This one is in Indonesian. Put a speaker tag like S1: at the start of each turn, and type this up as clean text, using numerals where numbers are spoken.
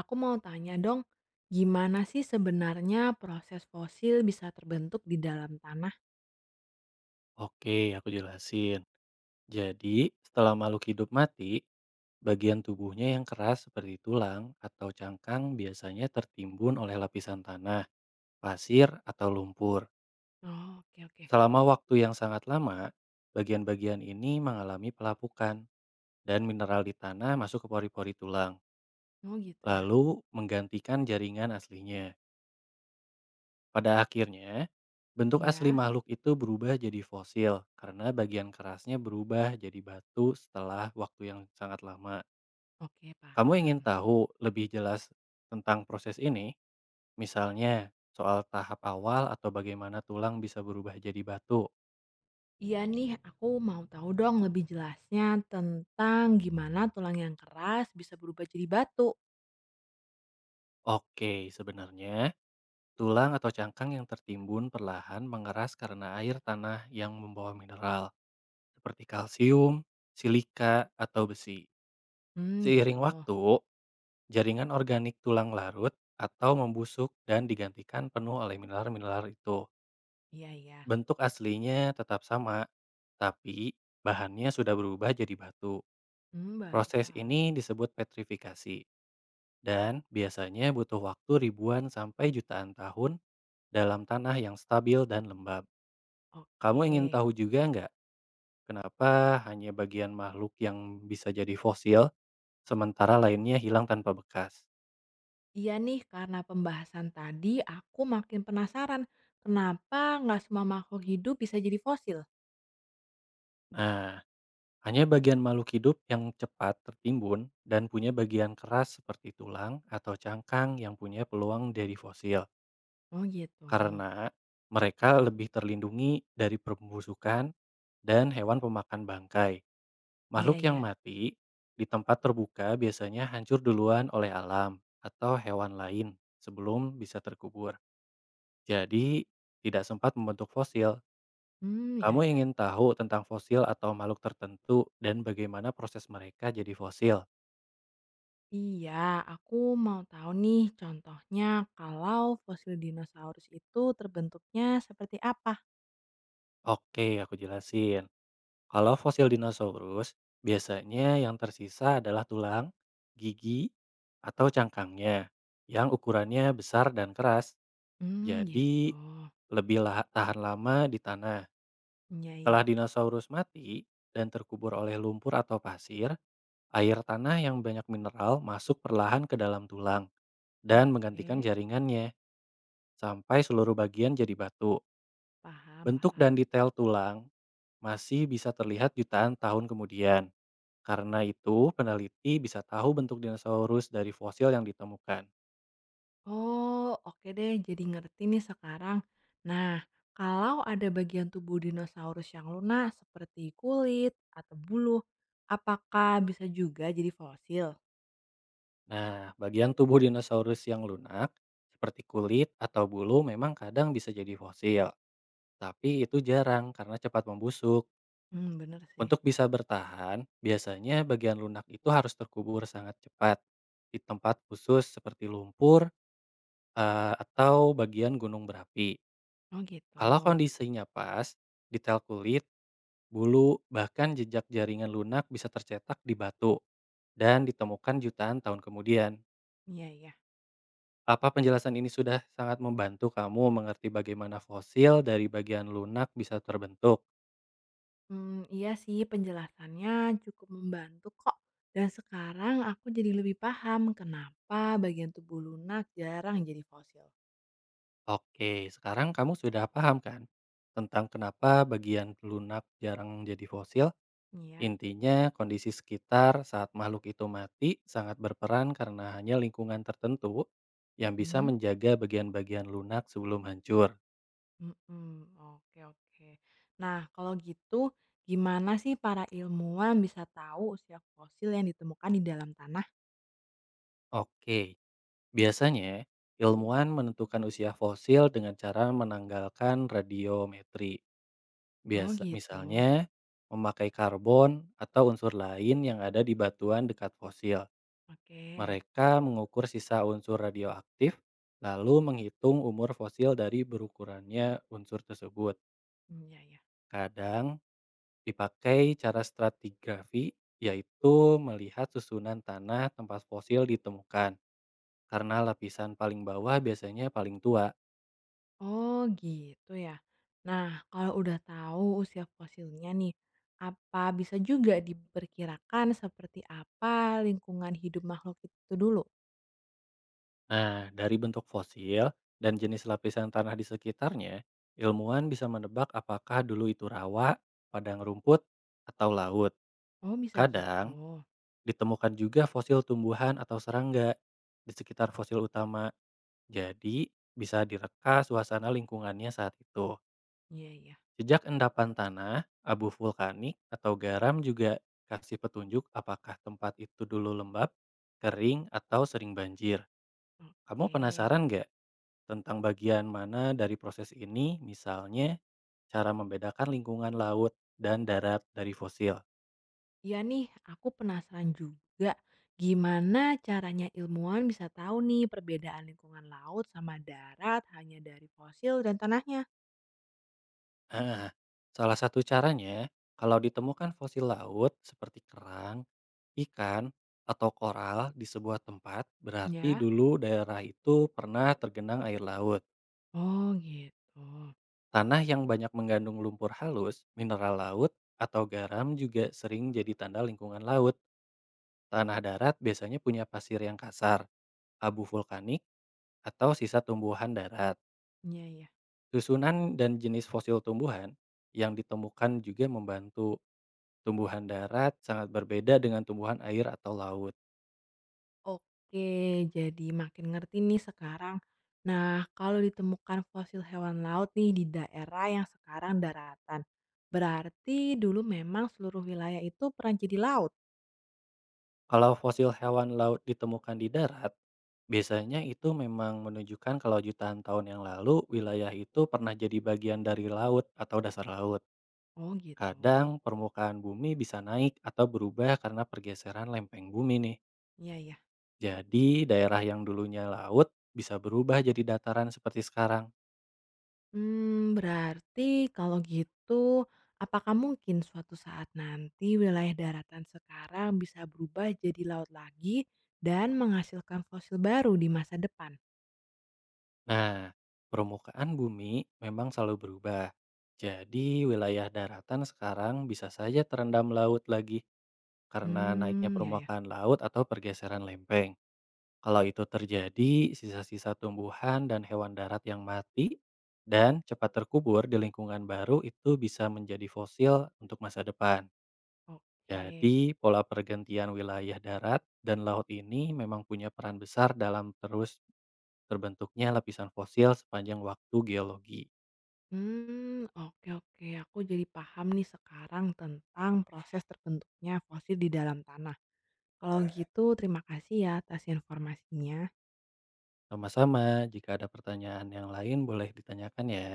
S1: Aku mau tanya dong, gimana sih sebenarnya proses fosil bisa terbentuk di dalam tanah?
S2: Oke, aku jelasin. Jadi, setelah makhluk hidup mati, bagian tubuhnya yang keras seperti tulang atau cangkang biasanya tertimbun oleh lapisan tanah, pasir, atau lumpur.
S1: Oh, oke oke.
S2: Selama waktu yang sangat lama, bagian-bagian ini mengalami pelapukan dan mineral di tanah masuk ke pori-pori tulang,
S1: Oh gitu ya.
S2: lalu menggantikan jaringan aslinya. Pada akhirnya, bentuk asli
S1: Ya,
S2: makhluk itu berubah jadi fosil karena bagian kerasnya berubah jadi batu setelah waktu yang sangat lama.
S1: oke,
S2: Kamu ingin
S1: paham.
S2: tahu lebih jelas tentang proses ini? Misalnya, soal tahap awal atau bagaimana tulang bisa berubah jadi batu?
S1: Iya nih aku mau tahu dong lebih jelasnya tentang gimana tulang yang keras bisa berubah jadi batu.
S2: Oke, sebenarnya tulang atau cangkang yang tertimbun perlahan mengeras karena air tanah yang membawa mineral seperti kalsium, silika, atau besi.
S1: Hmm,
S2: Seiring
S1: gitu.
S2: waktu, jaringan organik tulang larut atau membusuk dan digantikan penuh oleh mineral-mineral itu.
S1: Iya, iya.
S2: Bentuk aslinya tetap sama, tapi bahannya sudah berubah jadi batu.
S1: Hmm, baru
S2: Proses
S1: tahu.
S2: ini disebut petrifikasi dan biasanya butuh waktu ribuan sampai jutaan tahun dalam tanah yang stabil dan lembab. Kamu ingin
S1: Oke.
S2: tahu juga nggak kenapa hanya bagian makhluk yang bisa jadi fosil, sementara lainnya hilang tanpa bekas?
S1: Iya nih, karena pembahasan tadi aku makin penasaran kenapa nggak semua makhluk hidup bisa jadi fosil.
S2: Nah, hanya bagian makhluk hidup yang cepat tertimbun dan punya bagian keras seperti tulang atau cangkang yang punya peluang dari fosil,
S1: Oh gitu.
S2: karena mereka lebih terlindungi dari pembusukan dan hewan pemakan bangkai.
S1: Iya
S2: Makhluk yang
S1: iya.
S2: mati di tempat terbuka biasanya hancur duluan oleh alam atau hewan lain sebelum bisa terkubur. Jadi, tidak sempat membentuk fosil.
S1: Hmm iya
S2: Kamu
S1: iya.
S2: ingin tahu tentang fosil atau makhluk tertentu dan bagaimana proses mereka jadi fosil?
S1: Iya, aku mau tahu nih contohnya kalau fosil dinosaurus itu terbentuknya seperti apa.
S2: Oke, aku jelasin. Kalau fosil dinosaurus, biasanya yang tersisa adalah tulang, gigi, atau cangkangnya yang ukurannya besar dan keras.
S1: Hmm gitu.
S2: Jadi, lebih tahan lama di tanah.
S1: Iya iya.
S2: Setelah dinosaurus mati dan terkubur oleh lumpur atau pasir, air tanah yang banyak mineral masuk perlahan ke dalam tulang dan menggantikan
S1: Oke,
S2: jaringannya sampai seluruh bagian jadi batu.
S1: paham
S2: Bentuk
S1: paham.
S2: dan detail tulang masih bisa terlihat jutaan tahun kemudian. Karena itu, peneliti bisa tahu bentuk dinosaurus dari fosil yang ditemukan.
S1: Oh, oke deh jadi ngerti nih sekarang. Nah, kalau ada bagian tubuh dinosaurus yang lunak seperti kulit atau bulu, apakah bisa juga jadi fosil?
S2: Nah, bagian tubuh dinosaurus yang lunak, seperti kulit atau bulu, memang kadang bisa jadi fosil. Tapi itu jarang karena cepat membusuk.
S1: Hmm bener sih.
S2: Untuk bisa bertahan, biasanya bagian lunak itu harus terkubur sangat cepat di tempat khusus seperti lumpur atau bagian gunung berapi.
S1: Oh gitu.
S2: Kalau kondisinya pas, detail kulit, bulu, bahkan jejak jaringan lunak bisa tercetak di batu dan ditemukan jutaan tahun kemudian.
S1: Iya iya.
S2: Apa penjelasan ini sudah sangat membantu kamu mengerti bagaimana fosil dari bagian lunak bisa terbentuk?
S1: Mmm, iya sih penjelasannya cukup membantu kok, dan sekarang aku jadi lebih paham kenapa bagian tubuh lunak jarang jadi fosil.
S2: Oke, sekarang kamu sudah paham kan tentang kenapa bagian lunak jarang jadi fosil?
S1: Iya,
S2: Intinya, kondisi sekitar saat makhluk itu mati sangat berperan karena hanya lingkungan tertentu yang bisa
S1: mhm.
S2: menjaga bagian-bagian lunak sebelum hancur.
S1: Mhm, oke oke. Nah kalau gitu gimana sih para ilmuwan bisa tahu usia fosil yang ditemukan di dalam tanah?
S2: Oke, biasanya ilmuwan menentukan usia fosil dengan cara menanggalkan radiometri.
S1: Oh
S2: Biasa,
S1: gitu,
S2: misalnya memakai karbon atau unsur lain yang ada di batuan dekat fosil.
S1: oke,
S2: Mereka mengukur sisa unsur radioaktif, lalu menghitung umur fosil dari berukurannya unsur tersebut.
S1: mmm, ya ya.
S2: Kadang dipakai cara stratigrafi, yaitu melihat susunan tanah tempat fosil ditemukan, karena lapisan paling bawah biasanya paling tua.
S1: Oh gitu ya. Nah, kalau udah tahu usia fosilnya nih, apa bisa juga diperkirakan seperti apa lingkungan hidup makhluk itu dulu?
S2: Nah, dari bentuk fosil dan jenis lapisan tanah di sekitarnya, ilmuwan bisa menebak apakah dulu itu rawa, padang rumput, atau laut.
S1: Oh bisa gitu.
S2: Kadang, ditemukan juga fosil tumbuhan atau serangga di sekitar fosil utama. Jadi, bisa direka suasana lingkungannya saat itu.
S1: Iya iya.
S2: Sejak endapan tanah, abu vulkanik, atau garam juga kasih petunjuk apakah tempat itu dulu lembab, kering, atau sering banjir. Kamu
S1: Oke.
S2: penasaran nggak? Tentang bagian mana dari proses ini, misalnya cara membedakan lingkungan laut dan darat dari fosil.
S1: Iya nih, aku penasaran juga gimana caranya ilmuwan bisa tahu nih perbedaan lingkungan laut sama darat hanya dari fosil dan tanahnya.
S2: Nah, salah satu caranya, kalau ditemukan fosil laut seperti kerang, ikan, atau koral di sebuah tempat, berarti
S1: Ya.
S2: dulu daerah itu pernah tergenang air laut.
S1: Oh gitu.
S2: Tanah yang banyak mengandung lumpur halus, mineral laut, atau garam juga sering jadi tanda lingkungan laut. Tanah darat biasanya punya pasir yang kasar, abu vulkanik, atau sisa tumbuhan darat.
S1: Iya iya.
S2: Susunan dan jenis fosil tumbuhan yang ditemukan juga membantu. Tumbuhan darat sangat berbeda dengan tumbuhan air atau laut.
S1: Oke, jadi makin ngerti nih sekarang. Nah, kalau ditemukan fosil hewan laut nih di daerah yang sekarang daratan, berarti dulu memang seluruh wilayah itu pernah jadi laut.
S2: Kalau fosil hewan laut ditemukan di darat, biasanya itu memang menunjukkan kalau jutaan tahun yang lalu wilayah itu pernah jadi bagian dari laut atau dasar laut.
S1: Oh gitu.
S2: Kadang permukaan bumi bisa naik atau berubah karena pergeseran lempeng bumi nih.
S1: Iya ya.
S2: Jadi daerah yang dulunya laut bisa berubah jadi dataran seperti sekarang.
S1: Hmm, berarti kalau gitu, apakah mungkin suatu saat nanti wilayah daratan sekarang bisa berubah jadi laut lagi dan menghasilkan fosil baru di masa depan?
S2: Nah, permukaan bumi memang selalu berubah. Jadi, wilayah daratan sekarang bisa saja terendam laut lagi karena naiknya
S1: Hmm, ya ya.
S2: permukaan laut atau pergeseran lempeng. Kalau itu terjadi, sisa-sisa tumbuhan dan hewan darat yang mati dan cepat terkubur di lingkungan baru itu bisa menjadi fosil untuk masa depan.
S1: Oke.
S2: Jadi, pola pergantian wilayah darat dan laut ini memang punya peran besar dalam terus terbentuknya lapisan fosil sepanjang waktu geologi.
S1: Hmm oke oke, aku jadi paham nih sekarang tentang proses terbentuknya fosil di dalam tanah. Kalau gitu terima kasih ya atas informasinya.
S2: Sama-sama, jika ada pertanyaan yang lain boleh ditanyakan ya.